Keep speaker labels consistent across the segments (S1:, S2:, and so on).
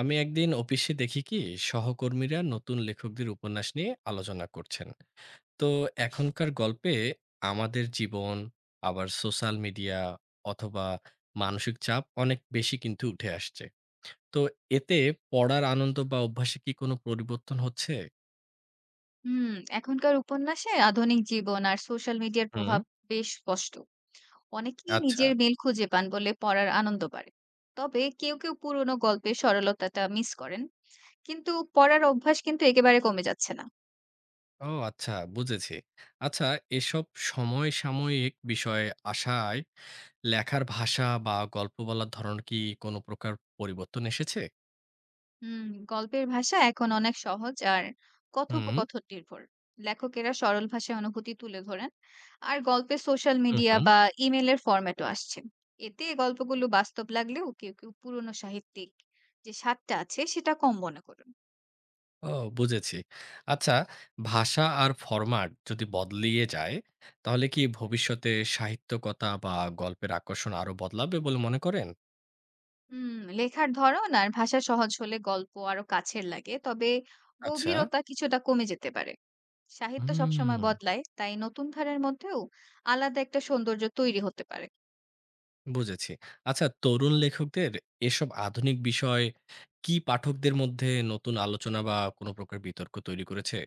S1: আমি একদিন অফিসে দেখি কি সহকর্মীরা নতুন লেখকদের উপন্যাস নিয়ে আলোচনা করছেন। তো এখনকার গল্পে আমাদের জীবন, আবার সোশ্যাল মিডিয়া অথবা মানসিক চাপ অনেক বেশি কিন্তু উঠে আসছে। তো এতে পড়ার আনন্দ বা অভ্যাসে কি কোনো পরিবর্তন হচ্ছে?
S2: হুম, এখনকার উপন্যাসে আধুনিক জীবন আর সোশ্যাল মিডিয়ার
S1: হুম।
S2: প্রভাব বেশ স্পষ্ট। অনেকেই
S1: আচ্ছা।
S2: নিজের মিল খুঁজে পান বলে পড়ার আনন্দ বাড়ে। তবে কেউ পুরনো গল্পের সরলতাটা মিস করেন। কিন্তু পড়ার অভ্যাস কিন্তু একেবারে কমে যাচ্ছে না।
S1: ও আচ্ছা, বুঝেছি। আচ্ছা, এসব সময় সাময়িক বিষয়ে আশায় লেখার ভাষা বা গল্প বলার ধরন কি কোনো প্রকার পরিবর্তন এসেছে?
S2: হুম, গল্পের ভাষা এখন অনেক সহজ আর
S1: হুম।
S2: কথোপকথন নির্ভর। লেখকেরা সরল ভাষায় অনুভূতি তুলে ধরেন, আর গল্পে সোশ্যাল
S1: হুম,
S2: মিডিয়া
S1: হুম।
S2: বা ইমেলের ফরম্যাটও আসছে। এতে গল্পগুলো বাস্তব লাগলেও কেউ কেউ পুরনো সাহিত্যিক যে স্বাদটা আছে সেটা কম মনে করেন।
S1: ও বুঝেছি। আচ্ছা, ভাষা আর ফরম্যাট যদি বদলিয়ে যায়, তাহলে কি ভবিষ্যতে সাহিত্যকতা বা গল্পের আকর্ষণ আরো বদলাবে বলে মনে করেন?
S2: লেখার ধরন আর ভাষা সহজ হলে গল্প আরো কাছের লাগে, তবে
S1: আচ্ছা।
S2: গভীরতা কিছুটা কমে যেতে পারে। সাহিত্য সবসময়
S1: হুম,
S2: বদলায়, তাই নতুন ধারার মধ্যেও আলাদা একটা সৌন্দর্য তৈরি হতে পারে।
S1: বুঝেছি। আচ্ছা, তরুণ লেখকদের এসব আধুনিক বিষয় কি পাঠকদের মধ্যে নতুন আলোচনা বা কোনো প্রকার বিতর্ক তৈরি করেছে?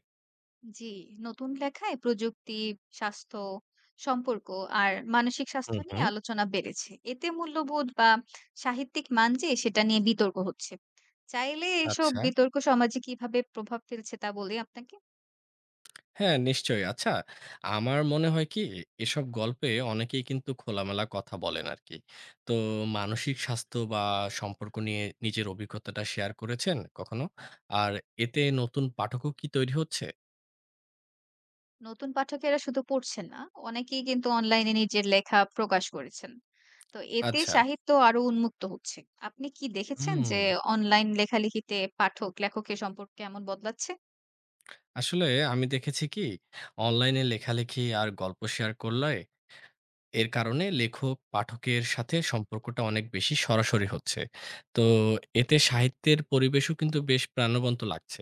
S2: জি, নতুন লেখায় প্রযুক্তি, স্বাস্থ্য, সম্পর্ক আর মানসিক
S1: হুম,
S2: স্বাস্থ্য নিয়ে
S1: হুম।
S2: আলোচনা বেড়েছে। এতে মূল্যবোধ বা সাহিত্যিক মান যে সেটা নিয়ে বিতর্ক হচ্ছে। চাইলে এসব
S1: আচ্ছা।
S2: বিতর্ক সমাজে কিভাবে প্রভাব ফেলছে তা বলি আপনাকে।
S1: হ্যাঁ, নিশ্চয়ই। আচ্ছা, আমার মনে হয় কি এসব গল্পে অনেকেই কিন্তু খোলামেলা কথা বলেন আরকি। তো মানসিক স্বাস্থ্য বা সম্পর্ক নিয়ে নিজের অভিজ্ঞতাটা শেয়ার করেছেন কখনো? আর এতে নতুন পাঠকও কি তৈরি হচ্ছে?
S2: নতুন পাঠকেরা শুধু পড়ছেন না, অনেকেই কিন্তু অনলাইনে নিজের লেখা প্রকাশ করেছেন। তো এতে
S1: আচ্ছা।
S2: সাহিত্য আরো উন্মুক্ত হচ্ছে। আপনি কি দেখেছেন
S1: হুম,
S2: যে অনলাইন লেখালেখিতে পাঠক লেখকের সম্পর্ক কেমন বদলাচ্ছে?
S1: আসলে আমি দেখেছি কি অনলাইনে লেখালেখি আর গল্প শেয়ার করলে এর কারণে লেখক পাঠকের সাথে সম্পর্কটা অনেক বেশি সরাসরি হচ্ছে। তো এতে সাহিত্যের পরিবেশও কিন্তু বেশ প্রাণবন্ত লাগছে।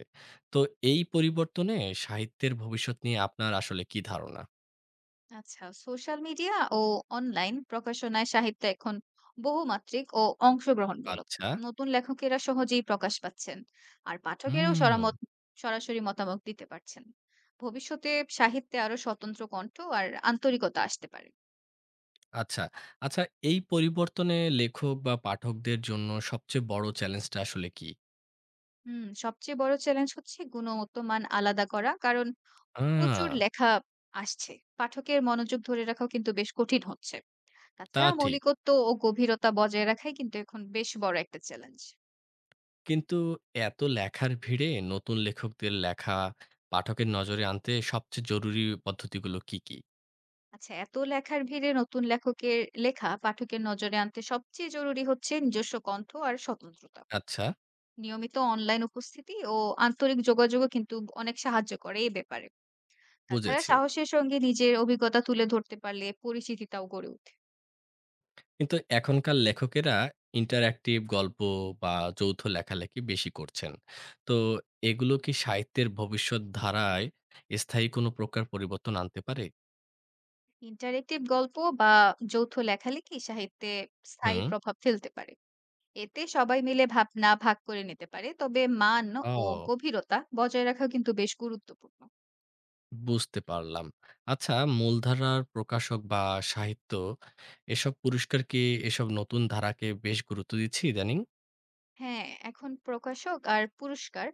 S1: তো এই পরিবর্তনে সাহিত্যের ভবিষ্যৎ নিয়ে আপনার আসলে কি ধারণা?
S2: আচ্ছা, সোশ্যাল মিডিয়া ও অনলাইন প্রকাশনায় সাহিত্য এখন বহুমাত্রিক ও অংশগ্রহণমূলক।
S1: আচ্ছা।
S2: নতুন লেখকেরা সহজেই প্রকাশ পাচ্ছেন। আর পাঠকেরাও
S1: হুম।
S2: সরাসরি মতামত দিতে পারছেন। ভবিষ্যতে সাহিত্যে আরো স্বতন্ত্র কণ্ঠ আর আন্তরিকতা আসতে পারে।
S1: আচ্ছা, আচ্ছা এই পরিবর্তনে লেখক বা পাঠকদের জন্য সবচেয়ে বড় চ্যালেঞ্জটা আসলে কি?
S2: সবচেয়ে বড় চ্যালেঞ্জ হচ্ছে গুণগত মান আলাদা করা। কারণ
S1: আ
S2: প্রচুর লেখা আসছে। পাঠকের মনোযোগ ধরে রাখাও কিন্তু বেশ কঠিন হচ্ছে।
S1: তা
S2: তাছাড়া
S1: ঠিক।
S2: মৌলিকত্ব ও গভীরতা বজায় রাখাই কিন্তু এখন বেশ বড় একটা চ্যালেঞ্জ।
S1: কিন্তু এত লেখার ভিড়ে নতুন লেখকদের লেখা পাঠকের নজরে আনতে সবচেয়ে জরুরি পদ্ধতিগুলো কি, কি?
S2: আচ্ছা, এত লেখার ভিড়ে নতুন লেখকের লেখা পাঠকের নজরে আনতে সবচেয়ে জরুরি হচ্ছে নিজস্ব কণ্ঠ আর স্বতন্ত্রতা।
S1: আচ্ছা।
S2: নিয়মিত অনলাইন উপস্থিতি ও আন্তরিক যোগাযোগও কিন্তু অনেক সাহায্য করে এই ব্যাপারে। তাছাড়া
S1: বুঝেছি।
S2: সাহসের সঙ্গে নিজের অভিজ্ঞতা তুলে ধরতে পারলে পরিচিতিটাও গড়ে ওঠে।
S1: কিন্তু এখনকার লেখকেরা ইন্টারেক্টিভ গল্প বা যৌথ লেখালেখি বেশি করছেন। তো এগুলো কি সাহিত্যের ভবিষ্যৎ ধারায় স্থায়ী কোনো প্রকার পরিবর্তন আনতে পারে?
S2: ইন্টারেক্টিভ গল্প বা যৌথ লেখালেখি সাহিত্যে স্থায়ী
S1: হুম।
S2: প্রভাব ফেলতে পারে। এতে সবাই মিলে ভাবনা ভাগ করে নিতে পারে। তবে মান ও
S1: ও
S2: গভীরতা বজায় রাখা কিন্তু বেশ গুরুত্বপূর্ণ।
S1: বুঝতে পারলাম। আচ্ছা, মূলধারার প্রকাশক বা সাহিত্য এসব পুরস্কার কি এসব নতুন ধারাকে বেশ গুরুত্ব দিচ্ছে ইদানিং?
S2: হ্যাঁ, এখন প্রকাশক আর পুরস্কার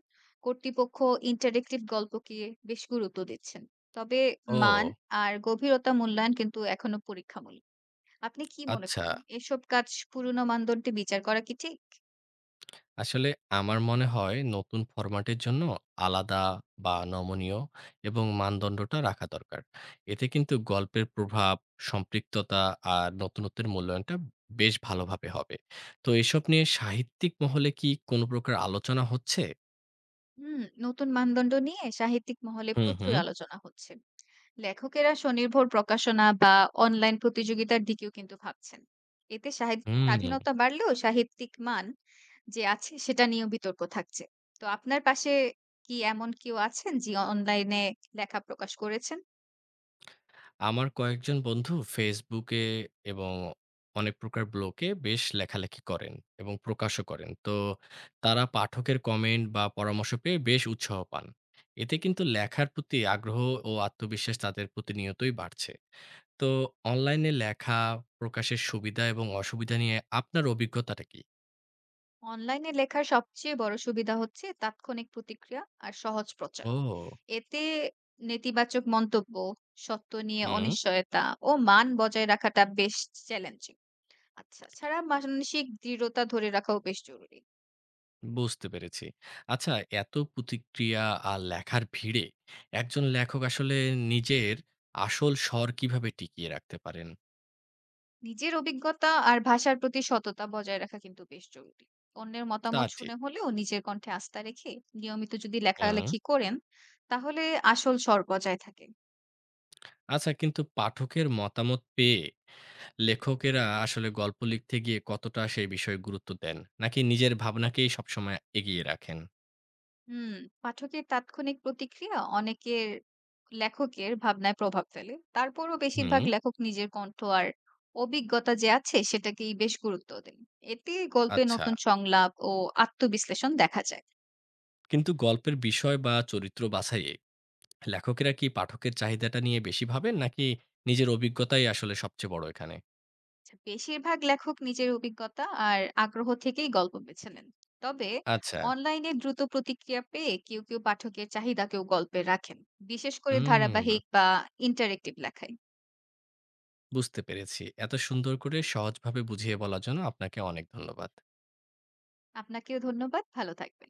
S2: কর্তৃপক্ষ ইন্টারেক্টিভ গল্পকে বেশ গুরুত্ব দিচ্ছেন। তবে মান
S1: ও
S2: আর গভীরতা মূল্যায়ন কিন্তু এখনো পরীক্ষামূলক। আপনি কি মনে
S1: আচ্ছা।
S2: করেন? এসব কাজ পুরনো মানদণ্ডে বিচার করা কি ঠিক?
S1: আসলে আমার মনে হয় নতুন ফরম্যাটের জন্য আলাদা বা নমনীয় এবং মানদণ্ডটা রাখা দরকার। এতে কিন্তু গল্পের প্রভাব, সম্পৃক্ততা আর নতুনত্বের মূল্যায়নটা বেশ ভালোভাবে হবে। তো এসব নিয়ে সাহিত্যিক মহলে কি কোনো প্রকার আলোচনা হচ্ছে?
S2: নতুন মানদণ্ড নিয়ে সাহিত্যিক মহলে
S1: হুম,
S2: প্রচুর
S1: হুম,
S2: আলোচনা হচ্ছে। লেখকেরা স্বনির্ভর প্রকাশনা বা অনলাইন প্রতিযোগিতার দিকেও কিন্তু ভাবছেন। এতে
S1: হুম।
S2: স্বাধীনতা বাড়লেও সাহিত্যিক মান যে আছে সেটা নিয়েও বিতর্ক থাকছে। তো আপনার পাশে কি এমন কেউ আছেন, যিনি অনলাইনে লেখা প্রকাশ করেছেন?
S1: আমার কয়েকজন বন্ধু ফেসবুকে এবং অনেক প্রকার ব্লগে বেশ লেখালেখি করেন এবং প্রকাশও করেন। তো তারা পাঠকের কমেন্ট বা পরামর্শ পেয়ে বেশ উৎসাহ পান। এতে কিন্তু লেখার প্রতি আগ্রহ ও আত্মবিশ্বাস তাদের প্রতিনিয়তই বাড়ছে। তো অনলাইনে লেখা প্রকাশের সুবিধা এবং অসুবিধা নিয়ে আপনার অভিজ্ঞতাটা কি?
S2: অনলাইনে লেখার সবচেয়ে বড় সুবিধা হচ্ছে তাৎক্ষণিক প্রতিক্রিয়া আর সহজ প্রচার।
S1: ও।
S2: এতে নেতিবাচক মন্তব্য, সত্য নিয়ে
S1: হুম।
S2: অনিশ্চয়তা ও মান বজায় রাখাটা বেশ চ্যালেঞ্জিং। আচ্ছা, ছাড়া মানসিক দৃঢ়তা ধরে রাখাও বেশ জরুরি।
S1: বুঝতে পেরেছি। আচ্ছা, এত প্রতিক্রিয়া আর লেখার ভিড়ে একজন লেখক আসলে নিজের আসল স্বর কিভাবে টিকিয়ে রাখতে পারেন?
S2: নিজের অভিজ্ঞতা আর ভাষার প্রতি সততা বজায় রাখা কিন্তু বেশ জরুরি। অন্যের
S1: তা
S2: মতামত
S1: ঠিক।
S2: শুনে হলেও নিজের কণ্ঠে আস্থা রেখে নিয়মিত যদি
S1: হুম।
S2: লেখালেখি করেন, তাহলে আসল স্বর বজায় থাকে।
S1: আচ্ছা, কিন্তু পাঠকের মতামত পেয়ে লেখকেরা আসলে গল্প লিখতে গিয়ে কতটা সেই বিষয়ে গুরুত্ব দেন? নাকি নিজের ভাবনাকেই সবসময় এগিয়ে রাখেন?
S2: হুম, পাঠকের তাৎক্ষণিক প্রতিক্রিয়া অনেকের লেখকের ভাবনায় প্রভাব ফেলে। তারপরও বেশিরভাগ
S1: হুম,
S2: লেখক নিজের কণ্ঠ আর অভিজ্ঞতা যে আছে সেটাকেই বেশ গুরুত্ব দেন। এতে গল্পে
S1: আচ্ছা।
S2: নতুন সংলাপ ও আত্মবিশ্লেষণ দেখা যায়।
S1: কিন্তু গল্পের বিষয় বা চরিত্র বাছাইয়ে লেখকেরা কি পাঠকের চাহিদাটা নিয়ে বেশি ভাবেন? নাকি নিজের অভিজ্ঞতাই আসলে সবচেয়ে বড় এখানে?
S2: আচ্ছা, বেশিরভাগ লেখক নিজের অভিজ্ঞতা আর আগ্রহ থেকেই গল্প বেছে নেন। তবে
S1: আচ্ছা।
S2: অনলাইনে দ্রুত প্রতিক্রিয়া পেয়ে কেউ কেউ পাঠকের চাহিদাকেও গল্পে রাখেন, বিশেষ করে
S1: হুম,
S2: ধারাবাহিক বা ইন্টারেক্টিভ লেখায়।
S1: বুঝতে পেরেছি। এত সুন্দর করে সহজভাবে বুঝিয়ে বলার জন্য আপনাকে অনেক ধন্যবাদ।
S2: আপনাকেও ধন্যবাদ, ভালো থাকবেন।